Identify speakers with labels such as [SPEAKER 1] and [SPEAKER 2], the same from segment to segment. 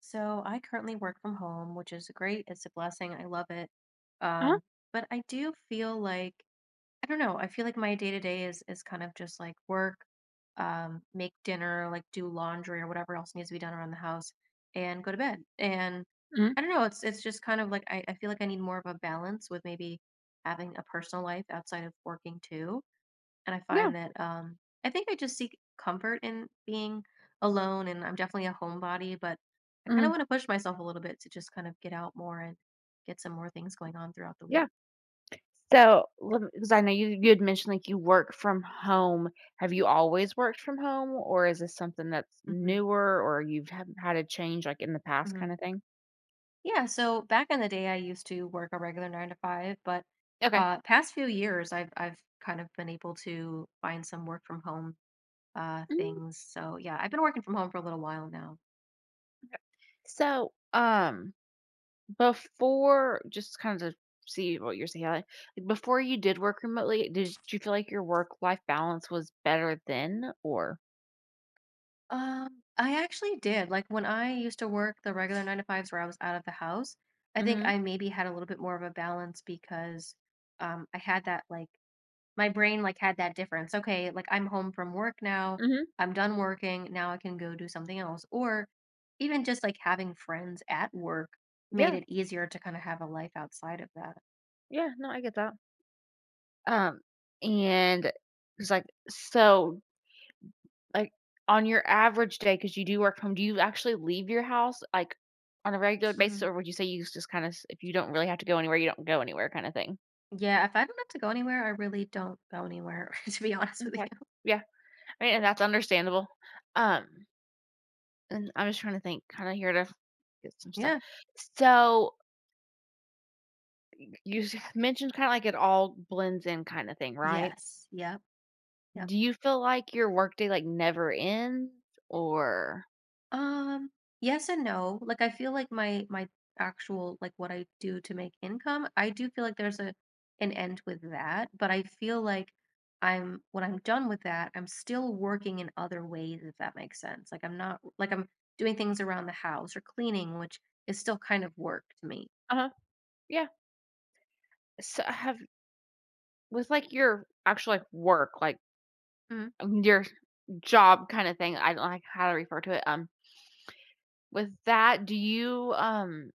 [SPEAKER 1] So I currently work from home, which is great. It's a blessing. I love it.
[SPEAKER 2] Uh-huh,
[SPEAKER 1] Um, but I do feel like I don't know. I feel like my day to day is kind of just like work, make dinner, like do laundry or whatever else needs to be done around the house, and go to bed. And
[SPEAKER 2] mhm,
[SPEAKER 1] I don't know. It's just kind of like I feel like I need more of a balance with maybe having a personal life outside of working too, and I
[SPEAKER 2] yeah,
[SPEAKER 1] find that I think I just seek comfort in being alone, and I'm definitely a homebody, but I kind of
[SPEAKER 2] mhm,
[SPEAKER 1] want to push myself a little bit to just kind of get out more and get some more things going on throughout the
[SPEAKER 2] yeah.
[SPEAKER 1] week.
[SPEAKER 2] So, because I know you had mentioned, like, you work from home. Have you always worked from home, or is this something that's
[SPEAKER 1] hmm
[SPEAKER 2] newer, or you've had a change, like, in the past
[SPEAKER 1] hmm
[SPEAKER 2] kinda thing?
[SPEAKER 1] Yeah. So back in the day, I used to work a regular nine to five, but
[SPEAKER 2] Okay.
[SPEAKER 1] past few years, I've kind of been able to find some work from home
[SPEAKER 2] Mhm,
[SPEAKER 1] things. So yeah, I've been working from home for a little while now.
[SPEAKER 2] okay. So, before just kind of to see what you're saying, like, before you did work remotely, did you feel like your work-life balance was better then, or
[SPEAKER 1] I actually did. Like when I used to work the regular nine to fives where I was out of the house, I think
[SPEAKER 2] Mhm,
[SPEAKER 1] I maybe had a little bit more of a balance because I had that like my brain like had that difference. Okay, like I'm home from work now,
[SPEAKER 2] mhm.
[SPEAKER 1] I'm done working, now I can go do something else. Or even just like having friends at work made
[SPEAKER 2] Yeah,
[SPEAKER 1] it easier to kind of have a life outside of that.
[SPEAKER 2] yeah, no, I get that. Um, and it's like, so, like, on your average day, because you do work from, home, do you actually leave your house like on a regular basis,
[SPEAKER 1] Mhm.
[SPEAKER 2] or would you say you just kind of, if you don't really have to go anywhere, you don't go anywhere, kind of thing?
[SPEAKER 1] Yeah, if I don't have to go anywhere, I really don't go anywhere, to be honest with
[SPEAKER 2] Okay,
[SPEAKER 1] you.
[SPEAKER 2] yeah, I mean, and that's understandable. Um, and I'm just trying to think, kind of here to get some stuff.
[SPEAKER 1] Yeah.
[SPEAKER 2] So you mentioned kind of like it all blends in, kind of thing, right?
[SPEAKER 1] Yes. Yep. Yep.
[SPEAKER 2] Do you feel like your workday like never ends, or?
[SPEAKER 1] Um, yes and no. Like I feel like my actual like what I do to make income, I do feel like there's a an end with that, but I feel like I'm when I'm done with that, I'm still working in other ways if that makes sense. Like I'm not like I'm doing things around the house or cleaning, which is still kind of work to me.
[SPEAKER 2] Uh huh. Yeah. So have With, like, your actual, like, work, like,
[SPEAKER 1] Mm,
[SPEAKER 2] your job kinda thing, I don't like how to refer to it, with that, do you,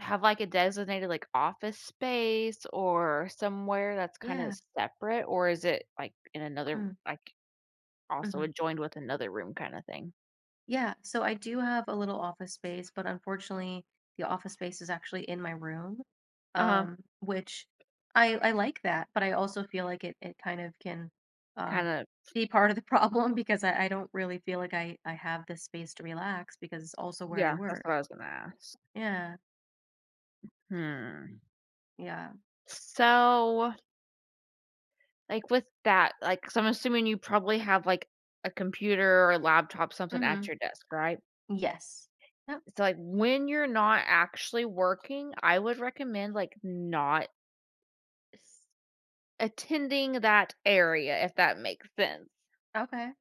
[SPEAKER 2] have, like, a designated, like, office space or somewhere that's kinda
[SPEAKER 1] yeah.
[SPEAKER 2] separate, or is it, like, in another
[SPEAKER 1] Mm,
[SPEAKER 2] like, also
[SPEAKER 1] mhm.
[SPEAKER 2] adjoined with another room kinda thing?
[SPEAKER 1] Yeah, so I do have a little office space, but unfortunately, the office space is actually in my room,
[SPEAKER 2] Uh-huh,
[SPEAKER 1] which I like that, but I also feel like it kind of can um,
[SPEAKER 2] kinda
[SPEAKER 1] be part of the problem because I don't really feel like I have this space to relax because it's also where I
[SPEAKER 2] yeah, that's
[SPEAKER 1] work.
[SPEAKER 2] what I was gonna ask.
[SPEAKER 1] Yeah,
[SPEAKER 2] Hmm.
[SPEAKER 1] yeah.
[SPEAKER 2] So, like, with that, like so, 'cause I'm assuming you probably have, like, a computer or laptop, something
[SPEAKER 1] Mm-hmm.
[SPEAKER 2] at your desk, right?
[SPEAKER 1] Yes. Yep.
[SPEAKER 2] So like when you're not actually working, I would recommend like not s- attending that area if that makes sense.
[SPEAKER 1] Okay.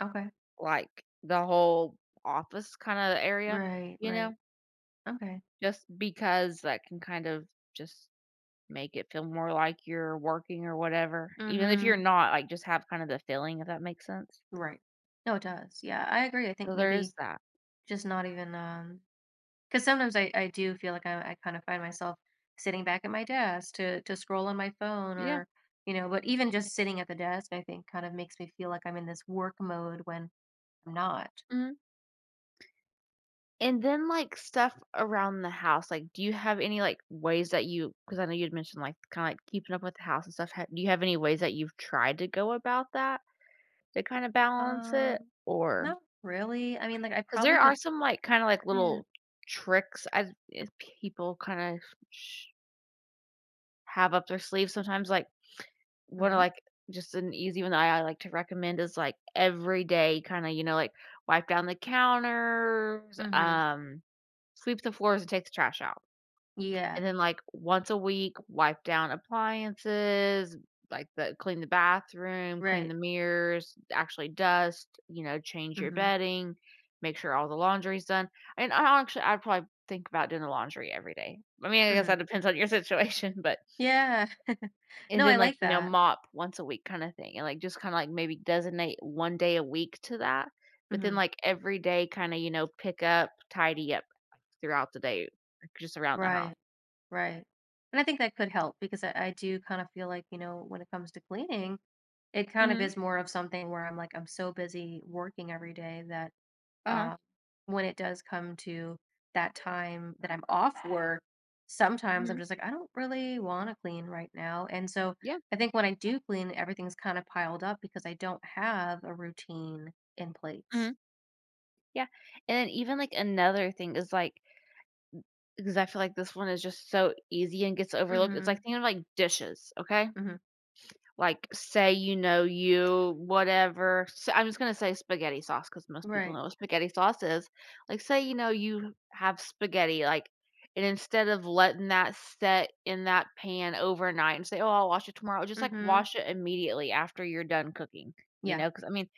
[SPEAKER 1] Okay.
[SPEAKER 2] Like the whole office kind of area,
[SPEAKER 1] Right.
[SPEAKER 2] you know,
[SPEAKER 1] Right. Okay.
[SPEAKER 2] just because that can kind of just make it feel more like you're working or whatever. Even if you're
[SPEAKER 1] Mm-hmm.
[SPEAKER 2] not, like just have kind of the feeling if that makes sense.
[SPEAKER 1] Right. No, it does. Yeah, I agree. I think
[SPEAKER 2] So there
[SPEAKER 1] maybe
[SPEAKER 2] is that.
[SPEAKER 1] just not even because sometimes I do feel like I kind of find myself sitting back at my desk to scroll on my phone
[SPEAKER 2] Yeah.
[SPEAKER 1] or you know, but even just sitting at the desk, I think kind of makes me feel like I'm in this work mode when I'm not.
[SPEAKER 2] And then, like, stuff around the house, like, do you have any, like, ways that you? Because I know you'd mentioned, like, kinda, like, keeping up with the house and stuff, ha do you have any ways that you've tried to go about that to kinda balance it?
[SPEAKER 1] Um,
[SPEAKER 2] Or
[SPEAKER 1] Not really. I mean, like I
[SPEAKER 2] because
[SPEAKER 1] probably
[SPEAKER 2] there are
[SPEAKER 1] could.
[SPEAKER 2] some, like, kinda, like,
[SPEAKER 1] Yeah.
[SPEAKER 2] little tricks as people kinda sh have up their sleeves sometimes, like, one of,
[SPEAKER 1] Mm-hmm.
[SPEAKER 2] like just an easy one that I like to recommend is, like, every day kinda, you know, like, wipe down the counters,
[SPEAKER 1] Mm-hmm.
[SPEAKER 2] sweep the floors, and take the trash out.
[SPEAKER 1] Yeah.
[SPEAKER 2] And then like once a week, wipe down appliances, like the clean the bathroom, clean
[SPEAKER 1] Right.
[SPEAKER 2] the mirrors, actually dust, you know, change your
[SPEAKER 1] Mm-hmm.
[SPEAKER 2] bedding, make sure all the laundry's done. And I actually, I'd probably think about doing the laundry every day. I mean, I guess
[SPEAKER 1] Mm-hmm.
[SPEAKER 2] that depends on your situation, but
[SPEAKER 1] Yeah.
[SPEAKER 2] and
[SPEAKER 1] No, I
[SPEAKER 2] then like,
[SPEAKER 1] like
[SPEAKER 2] you know,
[SPEAKER 1] that.
[SPEAKER 2] mop once a week kind of thing. And like just kind of like maybe designate one day a week to that. But then
[SPEAKER 1] Mm-hmm.
[SPEAKER 2] like every day kind of, you know, pick up, tidy up like, throughout the day, like, just around the
[SPEAKER 1] Right.
[SPEAKER 2] house.
[SPEAKER 1] Right. And I think that could help because I do kind of feel like, you know, when it comes to cleaning, it kind of
[SPEAKER 2] Mhm.
[SPEAKER 1] is more of something where I'm like, I'm so busy working every day that,
[SPEAKER 2] Uh-huh.
[SPEAKER 1] uh, when it does come to that time that I'm off work, sometimes I'm
[SPEAKER 2] Mhm.
[SPEAKER 1] just like, I don't really want to clean right now. And so
[SPEAKER 2] Yeah,
[SPEAKER 1] I think when I do clean, everything's kind of piled up because I don't have a routine in place.
[SPEAKER 2] mhm, yeah, and then even, like, another thing is, like because I feel like this one is just so easy and gets overlooked, it's,
[SPEAKER 1] Mm-hmm.
[SPEAKER 2] like, thinking of, like, dishes, okay?
[SPEAKER 1] Mm-hmm.
[SPEAKER 2] Like, say, you know, you whatever I'm just gonna say spaghetti sauce because most people
[SPEAKER 1] Right.
[SPEAKER 2] know what spaghetti sauce is. Like, say, you know, you have spaghetti, like, and instead of letting that set in that pan overnight and say, "Oh, I'll wash it tomorrow," just, like,
[SPEAKER 1] Mm-hmm.
[SPEAKER 2] wash it immediately after you're done cooking, you
[SPEAKER 1] Yeah.
[SPEAKER 2] know, because I mean,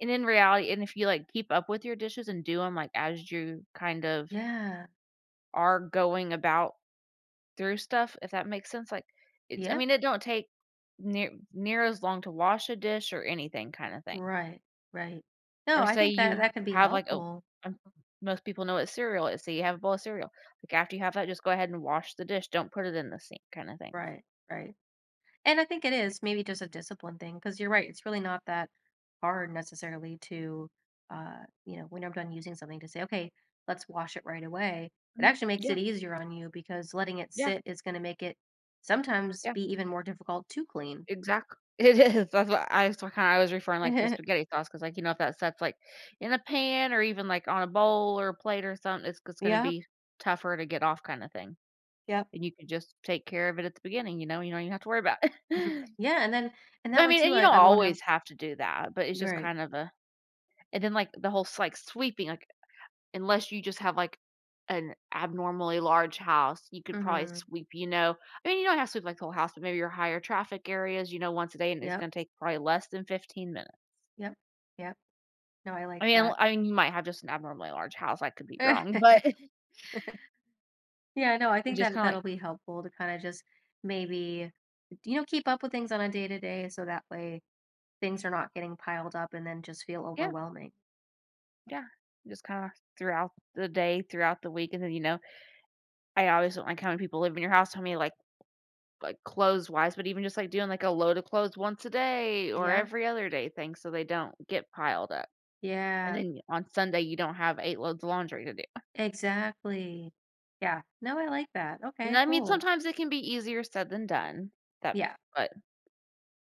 [SPEAKER 2] and in reality and if you, like, keep up with your dishes and do them like, as you kind of
[SPEAKER 1] Yeah.
[SPEAKER 2] are going about through stuff, if that makes sense, like, it's I
[SPEAKER 1] Yeah.
[SPEAKER 2] mean, it don't take near as long to wash a dish or anything kinda thing.
[SPEAKER 1] Right. Right. No,
[SPEAKER 2] Or
[SPEAKER 1] I
[SPEAKER 2] say
[SPEAKER 1] think that
[SPEAKER 2] you ha
[SPEAKER 1] that could be
[SPEAKER 2] have, like, a,
[SPEAKER 1] helpful.
[SPEAKER 2] um, most people know what cereal is, say you have a bowl of cereal. Like, after you have that, just go ahead and wash the dish, don't put it in the sink kinda thing.
[SPEAKER 1] Right. Right. And I think it is maybe just a discipline thing because you're right. It's really not that hard necessarily to, you know, when I'm done using something to say, okay, let's wash it right away. It
[SPEAKER 2] Mhm.
[SPEAKER 1] actually makes
[SPEAKER 2] Yeah,
[SPEAKER 1] it easier on you because letting it
[SPEAKER 2] yeah,
[SPEAKER 1] sit is going to make it sometimes
[SPEAKER 2] yeah.
[SPEAKER 1] be even more difficult to clean.
[SPEAKER 2] Exactly. It is, that's what I was kind of, I was referring, like, the spaghetti sauce because, like, you know, if that sets, like, in a pan or even, like, on a bowl or a plate or something, it's gonna
[SPEAKER 1] Yep,
[SPEAKER 2] be tougher to get off kinda thing,
[SPEAKER 1] yep.
[SPEAKER 2] and you can just take care of it at the beginning, you know? You don't even have to worry about
[SPEAKER 1] Mhm.
[SPEAKER 2] it.
[SPEAKER 1] Yeah, and then and
[SPEAKER 2] But,
[SPEAKER 1] that
[SPEAKER 2] I
[SPEAKER 1] way
[SPEAKER 2] mean,
[SPEAKER 1] too,
[SPEAKER 2] and you
[SPEAKER 1] I,
[SPEAKER 2] don't
[SPEAKER 1] I won't have.
[SPEAKER 2] always have to do that, but it's
[SPEAKER 1] You're
[SPEAKER 2] just
[SPEAKER 1] right.
[SPEAKER 2] kind of a, and then, like, the whole s like, sweeping, like, unless you just have, like, an abnormally large house, you could probably
[SPEAKER 1] hmm
[SPEAKER 2] sweep, you know, I mean, you don't have to sweep, like, the whole house, but maybe your higher traffic areas, you know, once a day, and it's
[SPEAKER 1] Yep,
[SPEAKER 2] gonna take probably less than 15 minutes.
[SPEAKER 1] yep, yep. No, I like
[SPEAKER 2] I mean
[SPEAKER 1] that.
[SPEAKER 2] I mean, you might have just an abnormally large house, I could be wrong, but
[SPEAKER 1] Yeah, no, I think
[SPEAKER 2] just
[SPEAKER 1] that
[SPEAKER 2] kinda like
[SPEAKER 1] that'll be helpful to kind of just maybe, you know, keep up with things on a day to day so that way things are not getting piled up and then just feel
[SPEAKER 2] yeah,
[SPEAKER 1] overwhelming.
[SPEAKER 2] yeah, just kinda throughout the day, throughout the week, and then, you know, I always don't like how many people live in your house, how many, like, clothes-wise, but even just, like, doing, like, a load of clothes once a day or
[SPEAKER 1] Yeah.
[SPEAKER 2] every other day thing so they don't get piled up. And
[SPEAKER 1] Yeah.
[SPEAKER 2] then y on Sunday, you don't have 8 loads of laundry to do.
[SPEAKER 1] Exactly. Yeah. No, I like that.
[SPEAKER 2] And
[SPEAKER 1] Okay,
[SPEAKER 2] I mean,
[SPEAKER 1] cool.
[SPEAKER 2] sometimes it can be easier said than done. That
[SPEAKER 1] Yeah.
[SPEAKER 2] but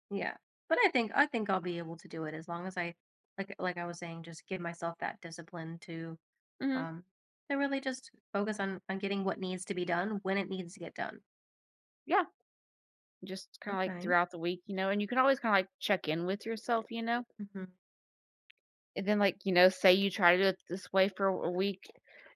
[SPEAKER 1] Yeah. But I think I'll be able to do it as long as I like I was saying, just give myself that discipline
[SPEAKER 2] Mhm,
[SPEAKER 1] um to really just focus on getting what needs to be done when it needs to get done.
[SPEAKER 2] yeah, just kinda, like,
[SPEAKER 1] Okay.
[SPEAKER 2] throughout the week, you know, and you can always kinda, like, check in with yourself, you know?
[SPEAKER 1] hmm
[SPEAKER 2] And then, like, you know, say you try to do it this way for a week,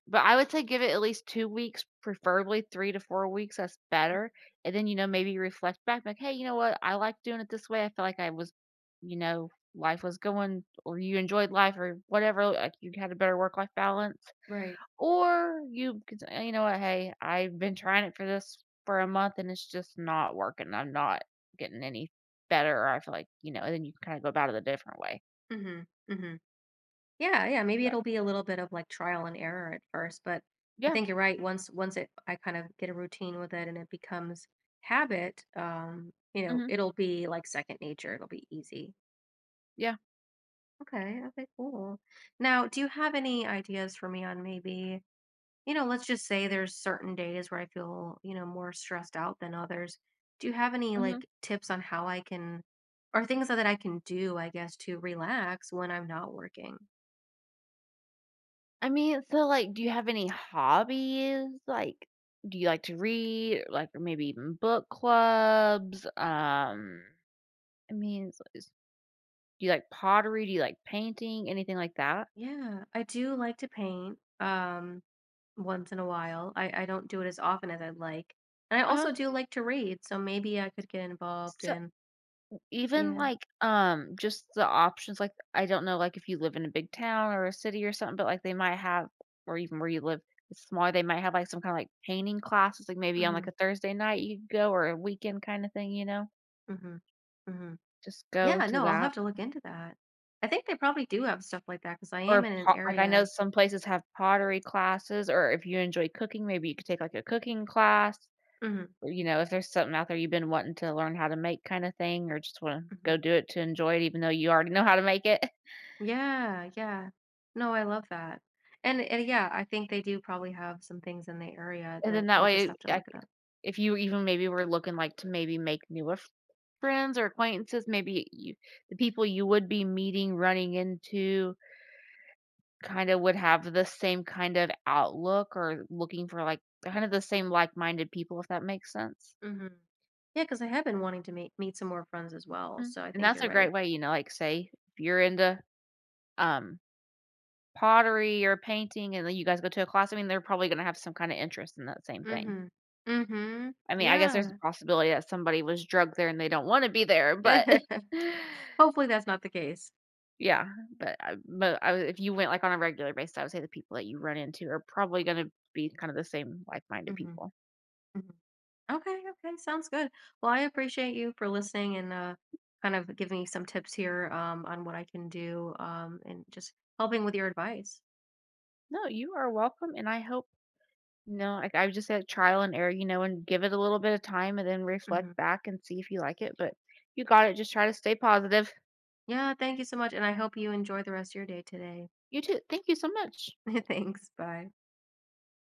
[SPEAKER 2] but I would say give it at least 2 weeks, preferably 3 to 4 weeks, that's better. And then, you know, maybe reflect back, like, "Hey, you know what? I like doing it this way. I feel like I was, you know, life was going or you enjoyed life or whatever, like, you had a better work-life balance."
[SPEAKER 1] Right.
[SPEAKER 2] Or you could say, "You know what? Hey, I've been trying it for this for a month and it's just not working. I'm not getting any better." Or I feel like, you know, and then you can kind of go about it a different way.
[SPEAKER 1] hmm hmm Yeah, yeah, maybe
[SPEAKER 2] But
[SPEAKER 1] it'll be a little bit of like trial and error at first, but I
[SPEAKER 2] yeah.
[SPEAKER 1] think you're right. Once once it I kind of get a routine with it and it becomes habit, you know,
[SPEAKER 2] Mhm.
[SPEAKER 1] it'll be like second nature. It'll be easy.
[SPEAKER 2] Yeah.
[SPEAKER 1] Okay, okay, cool. Now, do you have any ideas for me on maybe, you know, let's just say there's certain days where I feel, you know, more stressed out than others. Do you have any
[SPEAKER 2] Mhm.
[SPEAKER 1] like tips on how I can or things that I can do, I guess, to relax when I'm not working?
[SPEAKER 2] I mean, so like, do you have any hobbies? Like, do you like to read? Like, or maybe even book clubs? I mean, do you like pottery? Do you like painting? Anything like that?
[SPEAKER 1] Yeah, I do like to paint, once in a while. I don't do it as often as I'd like. And I
[SPEAKER 2] Uh huh.
[SPEAKER 1] also do like to read, so maybe I could get involved in
[SPEAKER 2] Even,
[SPEAKER 1] yeah.
[SPEAKER 2] like, just the options, like, I don't know, like, if you live in a big town or a city or something, but, like, they might have or even where you live is smaller, they might have, like, some kinda, like, painting classes, like, maybe on, like,
[SPEAKER 1] Mhm.
[SPEAKER 2] a Thursday night you could go or a weekend kinda thing, you know?
[SPEAKER 1] Mhm. Mhm.
[SPEAKER 2] Just go
[SPEAKER 1] Yeah,
[SPEAKER 2] to
[SPEAKER 1] no, I'll
[SPEAKER 2] that.
[SPEAKER 1] have to look into that. I think they probably do have stuff like that because I am
[SPEAKER 2] Or
[SPEAKER 1] in an
[SPEAKER 2] po like, I know
[SPEAKER 1] area.
[SPEAKER 2] some places have pottery classes, or if you enjoy cooking, maybe you could take, like, a cooking class,
[SPEAKER 1] Mhm.
[SPEAKER 2] or, you know, if there's something out there you've been wanting to learn how to make kinda thing or just wanna
[SPEAKER 1] Mhm.
[SPEAKER 2] go do it to enjoy it even though you already know how to make it.
[SPEAKER 1] Yeah, yeah. No, I love that. And yeah, I think they do probably have some things in the area
[SPEAKER 2] And then
[SPEAKER 1] that
[SPEAKER 2] that
[SPEAKER 1] I'll just
[SPEAKER 2] way,
[SPEAKER 1] have to
[SPEAKER 2] I
[SPEAKER 1] look it up.
[SPEAKER 2] if you even maybe were looking, like, to maybe make newer f friends or acquaintances, maybe you the people you would be meeting, running into, kinda would have the same kind of outlook or looking for, like, kind of the same like-minded people, if that makes sense.
[SPEAKER 1] Mhm. Yeah, because I have been wanting to meet some more friends as well,
[SPEAKER 2] Mm.
[SPEAKER 1] so I
[SPEAKER 2] And
[SPEAKER 1] think
[SPEAKER 2] that's
[SPEAKER 1] you're
[SPEAKER 2] a great
[SPEAKER 1] right.
[SPEAKER 2] way, you know, like, say, if you're into, um, pottery or painting and then you guys go to a class, I mean, they're probably gonna have some kinda interest in that same thing.
[SPEAKER 1] Mhm. Mhm.
[SPEAKER 2] I mean, I guess there's
[SPEAKER 1] Yeah.
[SPEAKER 2] a possibility that somebody was drugged there and they don't wanna be there, but
[SPEAKER 1] Hopefully, that's not the case.
[SPEAKER 2] Yeah, but I if you went, like, on a regular basis, I would say the people that you run into are probably gonna be kind of the same like-minded
[SPEAKER 1] Mhm,
[SPEAKER 2] people.
[SPEAKER 1] mhm. Okay, okay, sounds good. Well, I appreciate you for listening and, kind of giving me some tips here, on what I can do, and just helping with your advice.
[SPEAKER 2] No, you are welcome, and I hope, no, like, I just said trial and error, you know, and give it a little bit of time and then
[SPEAKER 1] Mhm.
[SPEAKER 2] reflect back and see if you like it, but you got it, just try to stay positive.
[SPEAKER 1] Yeah, thank you so much, and I hope you enjoy the rest of your day today.
[SPEAKER 2] You too. Thank you so much.
[SPEAKER 1] Thanks, bye.